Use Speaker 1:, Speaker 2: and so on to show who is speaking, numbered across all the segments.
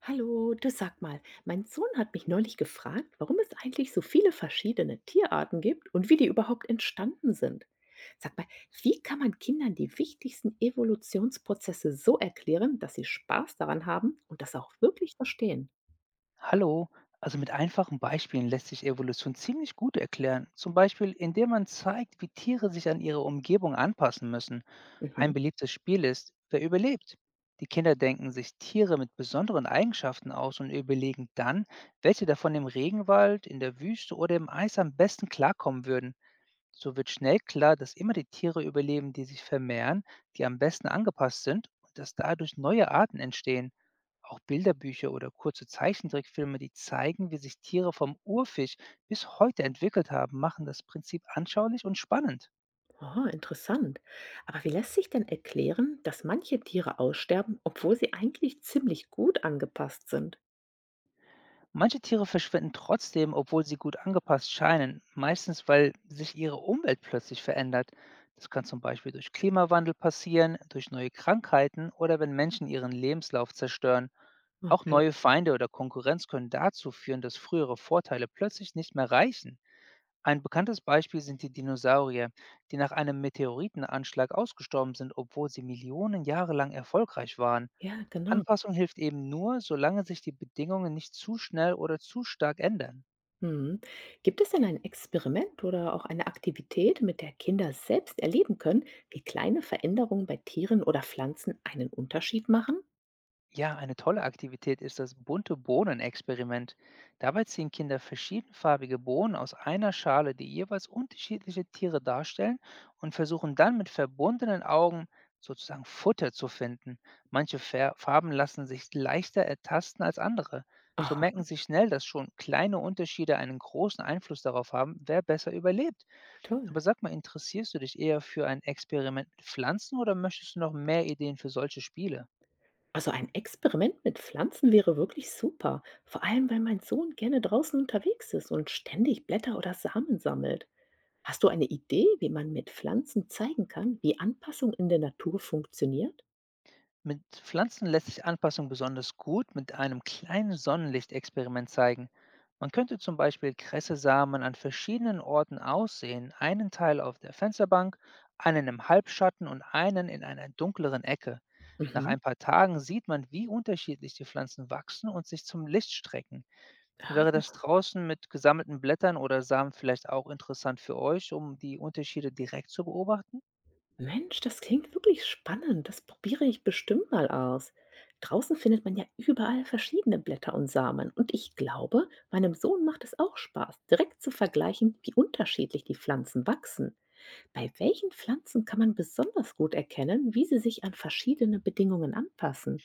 Speaker 1: Hallo, du, sag mal, mein Sohn hat mich neulich gefragt, warum es eigentlich so viele verschiedene Tierarten gibt und wie die überhaupt entstanden sind. Sag mal, wie kann man Kindern die wichtigsten Evolutionsprozesse so erklären, dass sie Spaß daran haben und das auch wirklich verstehen?
Speaker 2: Hallo, also mit einfachen Beispielen lässt sich Evolution ziemlich gut erklären. Zum Beispiel, indem man zeigt, wie Tiere sich an ihre Umgebung anpassen müssen.
Speaker 1: Mhm.
Speaker 2: Ein beliebtes Spiel ist, wer überlebt. Die Kinder denken sich Tiere mit besonderen Eigenschaften aus und überlegen dann, welche davon im Regenwald, in der Wüste oder im Eis am besten klarkommen würden. So wird schnell klar, dass immer die Tiere überleben, die sich vermehren, die am besten angepasst sind, und dass dadurch neue Arten entstehen. Auch Bilderbücher oder kurze Zeichentrickfilme, die zeigen, wie sich Tiere vom Urfisch bis heute entwickelt haben, machen das Prinzip anschaulich und spannend.
Speaker 1: Aha, interessant. Aber wie lässt sich denn erklären, dass manche Tiere aussterben, obwohl sie eigentlich ziemlich gut angepasst sind?
Speaker 2: Manche Tiere verschwinden trotzdem, obwohl sie gut angepasst scheinen, meistens weil sich ihre Umwelt plötzlich verändert. Das kann zum Beispiel durch Klimawandel passieren, durch neue Krankheiten oder wenn Menschen ihren Lebenslauf zerstören. Auch
Speaker 1: Okay.
Speaker 2: neue Feinde oder Konkurrenz können dazu führen, dass frühere Vorteile plötzlich nicht mehr reichen. Ein bekanntes Beispiel sind die Dinosaurier, die nach einem Meteoritenanschlag ausgestorben sind, obwohl sie Millionen Jahre lang erfolgreich waren.
Speaker 1: Ja, genau.
Speaker 2: Anpassung hilft eben nur, solange sich die Bedingungen nicht zu schnell oder zu stark ändern.
Speaker 1: Mhm. Gibt es denn ein Experiment oder auch eine Aktivität, mit der Kinder selbst erleben können, wie kleine Veränderungen bei Tieren oder Pflanzen einen Unterschied machen?
Speaker 2: Ja, eine tolle Aktivität ist das bunte Bohnen-Experiment. Dabei ziehen Kinder verschiedenfarbige Bohnen aus einer Schale, die jeweils unterschiedliche Tiere darstellen, und versuchen dann mit verbundenen Augen sozusagen Futter zu finden. Manche Farben lassen sich leichter ertasten als andere. So
Speaker 1: Aha,
Speaker 2: merken sie schnell, dass schon kleine Unterschiede einen großen Einfluss darauf haben, wer besser überlebt.
Speaker 1: toll.
Speaker 2: Aber sag mal, interessierst du dich eher für ein Experiment mit Pflanzen oder möchtest du noch mehr Ideen für solche Spiele?
Speaker 1: Also ein Experiment mit Pflanzen wäre wirklich super, vor allem weil mein Sohn gerne draußen unterwegs ist und ständig Blätter oder Samen sammelt. Hast du eine Idee, wie man mit Pflanzen zeigen kann, wie Anpassung in der Natur funktioniert?
Speaker 2: Mit Pflanzen lässt sich Anpassung besonders gut mit einem kleinen Sonnenlichtexperiment zeigen. Man könnte zum Beispiel Kresse-Samen an verschiedenen Orten aussehen, einen Teil auf der Fensterbank, einen im Halbschatten und einen in einer dunkleren Ecke. Nach
Speaker 1: Mhm.
Speaker 2: ein paar Tagen sieht man, wie unterschiedlich die Pflanzen wachsen und sich zum Licht strecken. Wäre das Straußen mit gesammelten Blättern oder Samen vielleicht auch interessant für euch, um die Unterschiede direkt zu beobachten?
Speaker 1: Mensch, das klingt wirklich spannend. Das probiere ich bestimmt mal aus. Draußen findet man ja überall verschiedene Blätter und Samen. Und ich glaube, meinem Sohn macht es auch Spaß, direkt zu vergleichen, wie unterschiedlich die Pflanzen wachsen. Bei welchen Pflanzen kann man besonders gut erkennen, wie sie sich an verschiedene Bedingungen anpassen?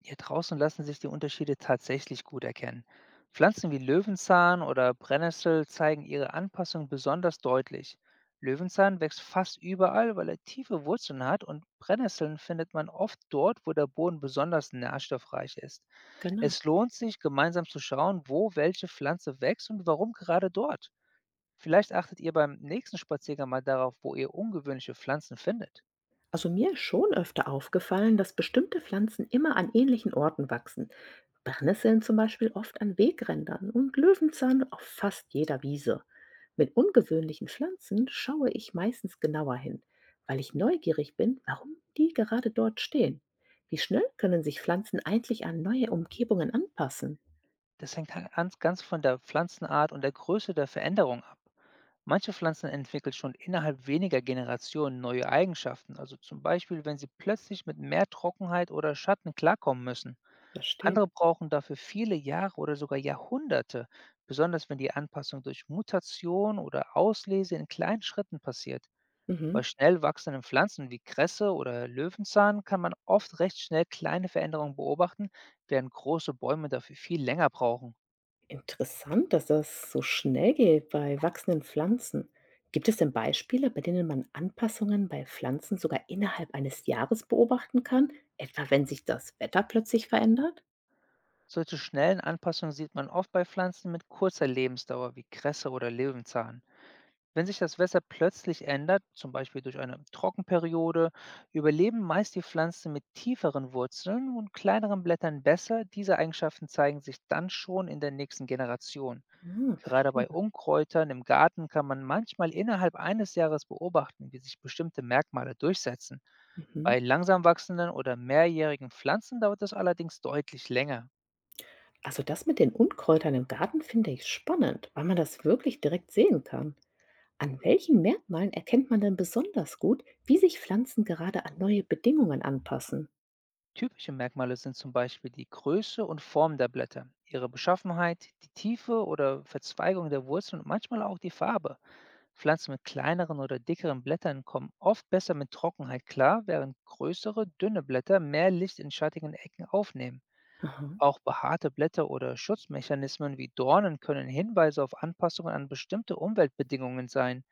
Speaker 2: Hier draußen lassen sich die Unterschiede tatsächlich gut erkennen. Pflanzen wie Löwenzahn oder Brennnessel zeigen ihre Anpassung besonders deutlich. Löwenzahn wächst fast überall, weil er tiefe Wurzeln hat, und Brennnesseln findet man oft dort, wo der Boden besonders nährstoffreich ist.
Speaker 1: Genau.
Speaker 2: Es lohnt sich, gemeinsam zu schauen, wo welche Pflanze wächst und warum gerade dort. Vielleicht achtet ihr beim nächsten Spaziergang mal darauf, wo ihr ungewöhnliche Pflanzen findet.
Speaker 1: Also mir ist schon öfter aufgefallen, dass bestimmte Pflanzen immer an ähnlichen Orten wachsen. Brennnesseln zum Beispiel oft an Wegrändern und Löwenzahn auf fast jeder Wiese. Mit ungewöhnlichen Pflanzen schaue ich meistens genauer hin, weil ich neugierig bin, warum die gerade dort stehen. Wie schnell können sich Pflanzen eigentlich an neue Umgebungen anpassen?
Speaker 2: Das hängt ganz von der Pflanzenart und der Größe der Veränderung ab. Manche Pflanzen entwickeln schon innerhalb weniger Generationen neue Eigenschaften, also zum Beispiel, wenn sie plötzlich mit mehr Trockenheit oder Schatten klarkommen müssen.
Speaker 1: Verstehe.
Speaker 2: Andere brauchen dafür viele Jahre oder sogar Jahrhunderte, besonders wenn die Anpassung durch Mutation oder Auslese in kleinen Schritten passiert.
Speaker 1: Mhm.
Speaker 2: Bei schnell wachsenden Pflanzen wie Kresse oder Löwenzahn kann man oft recht schnell kleine Veränderungen beobachten, während große Bäume dafür viel länger brauchen.
Speaker 1: Interessant, dass das so schnell geht bei wachsenden Pflanzen. Gibt es denn Beispiele, bei denen man Anpassungen bei Pflanzen sogar innerhalb eines Jahres beobachten kann, etwa wenn sich das Wetter plötzlich verändert?
Speaker 2: Solche schnellen Anpassungen sieht man oft bei Pflanzen mit kurzer Lebensdauer wie Kresse oder Löwenzahn. Wenn sich das Wetter plötzlich ändert, zum Beispiel durch eine Trockenperiode, überleben meist die Pflanzen mit tieferen Wurzeln und kleineren Blättern besser. Diese Eigenschaften zeigen sich dann schon in der nächsten Generation.
Speaker 1: Ah,
Speaker 2: Gerade
Speaker 1: verstehe.
Speaker 2: bei Unkräutern im Garten kann man manchmal innerhalb eines Jahres beobachten, wie sich bestimmte Merkmale durchsetzen.
Speaker 1: Mhm.
Speaker 2: Bei langsam wachsenden oder mehrjährigen Pflanzen dauert es allerdings deutlich länger.
Speaker 1: Also das mit den Unkräutern im Garten finde ich spannend, weil man das wirklich direkt sehen kann. An welchen Merkmalen erkennt man denn besonders gut, wie sich Pflanzen gerade an neue Bedingungen anpassen?
Speaker 2: Typische Merkmale sind zum Beispiel die Größe und Form der Blätter, ihre Beschaffenheit, die Tiefe oder Verzweigung der Wurzeln und manchmal auch die Farbe. Pflanzen mit kleineren oder dickeren Blättern kommen oft besser mit Trockenheit klar, während größere, dünne Blätter mehr Licht in schattigen Ecken aufnehmen. Auch behaarte Blätter oder Schutzmechanismen wie Dornen können Hinweise auf Anpassungen an bestimmte Umweltbedingungen sein.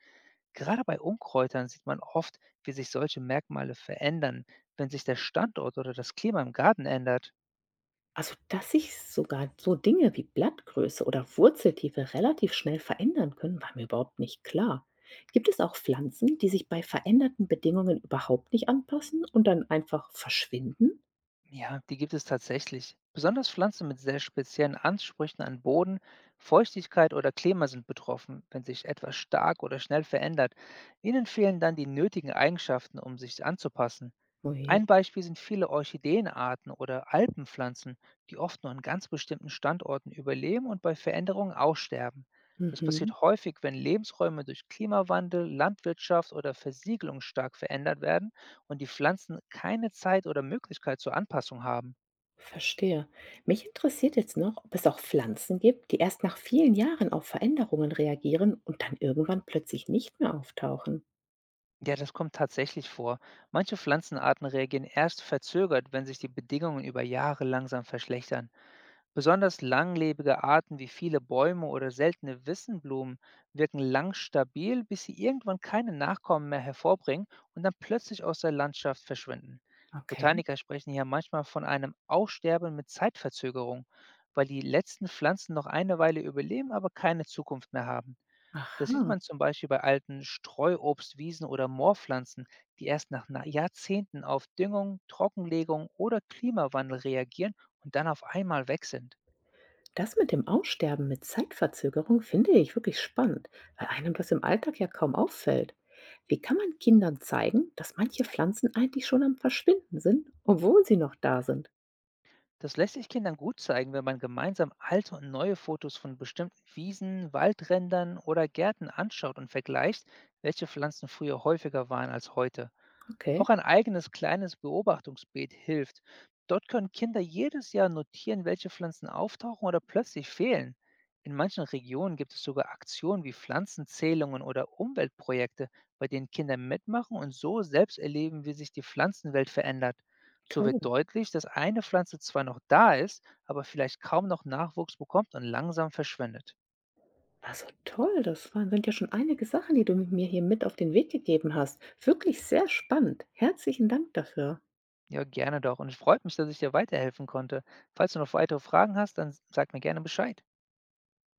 Speaker 2: Gerade bei Unkräutern sieht man oft, wie sich solche Merkmale verändern, wenn sich der Standort oder das Klima im Garten ändert.
Speaker 1: Also, dass sich sogar so Dinge wie Blattgröße oder Wurzeltiefe relativ schnell verändern können, war mir überhaupt nicht klar. Gibt es auch Pflanzen, die sich bei veränderten Bedingungen überhaupt nicht anpassen und dann einfach verschwinden?
Speaker 2: Ja, die gibt es tatsächlich. Besonders Pflanzen mit sehr speziellen Ansprüchen an Boden, Feuchtigkeit oder Klima sind betroffen, wenn sich etwas stark oder schnell verändert. Ihnen fehlen dann die nötigen Eigenschaften, um sich anzupassen.
Speaker 1: Ui.
Speaker 2: Ein Beispiel sind viele Orchideenarten oder Alpenpflanzen, die oft nur an ganz bestimmten Standorten überleben und bei Veränderungen aussterben. Das
Speaker 1: Mhm,
Speaker 2: passiert häufig, wenn Lebensräume durch Klimawandel, Landwirtschaft oder Versiegelung stark verändert werden und die Pflanzen keine Zeit oder Möglichkeit zur Anpassung haben.
Speaker 1: verstehe. Mich interessiert jetzt noch, ob es auch Pflanzen gibt, die erst nach vielen Jahren auf Veränderungen reagieren und dann irgendwann plötzlich nicht mehr auftauchen.
Speaker 2: Ja, das kommt tatsächlich vor. Manche Pflanzenarten reagieren erst verzögert, wenn sich die Bedingungen über Jahre langsam verschlechtern. Besonders langlebige Arten wie viele Bäume oder seltene Wissenblumen wirken lang stabil, bis sie irgendwann keine Nachkommen mehr hervorbringen und dann plötzlich aus der Landschaft verschwinden.
Speaker 1: Okay,
Speaker 2: Botaniker sprechen hier manchmal von einem Aussterben mit Zeitverzögerung, weil die letzten Pflanzen noch eine Weile überleben, aber keine Zukunft mehr haben. Das sieht
Speaker 1: aha.
Speaker 2: man zum Beispiel bei alten Streuobstwiesen oder Moorpflanzen, die erst nach Jahrzehnten auf Düngung, Trockenlegung oder Klimawandel reagieren und dann auf einmal weg sind.
Speaker 1: Das mit dem Aussterben mit Zeitverzögerung finde ich wirklich spannend, weil einem das im Alltag ja kaum auffällt. Wie kann man Kindern zeigen, dass manche Pflanzen eigentlich schon am Verschwinden sind, obwohl sie noch da sind?
Speaker 2: Das lässt sich Kindern gut zeigen, wenn man gemeinsam alte und neue Fotos von bestimmten Wiesen, Waldrändern oder Gärten anschaut und vergleicht, welche Pflanzen früher häufiger waren als heute.
Speaker 1: Okay,
Speaker 2: Auch ein eigenes kleines Beobachtungsbeet hilft. Dort können Kinder jedes Jahr notieren, welche Pflanzen auftauchen oder plötzlich fehlen. In manchen Regionen gibt es sogar Aktionen wie Pflanzenzählungen oder Umweltprojekte, bei denen Kinder mitmachen und so selbst erleben, wie sich die Pflanzenwelt verändert. So wird
Speaker 1: toll.
Speaker 2: deutlich, dass eine Pflanze zwar noch da ist, aber vielleicht kaum noch Nachwuchs bekommt und langsam verschwindet.
Speaker 1: Also toll, das waren, sind ja schon einige Sachen, die du mit mir hier mit auf den Weg gegeben hast. Wirklich sehr spannend. Herzlichen Dank dafür.
Speaker 2: Ja, gerne doch. Und es freut mich, dass ich dir weiterhelfen konnte. Falls du noch weitere Fragen hast, dann sag mir gerne Bescheid.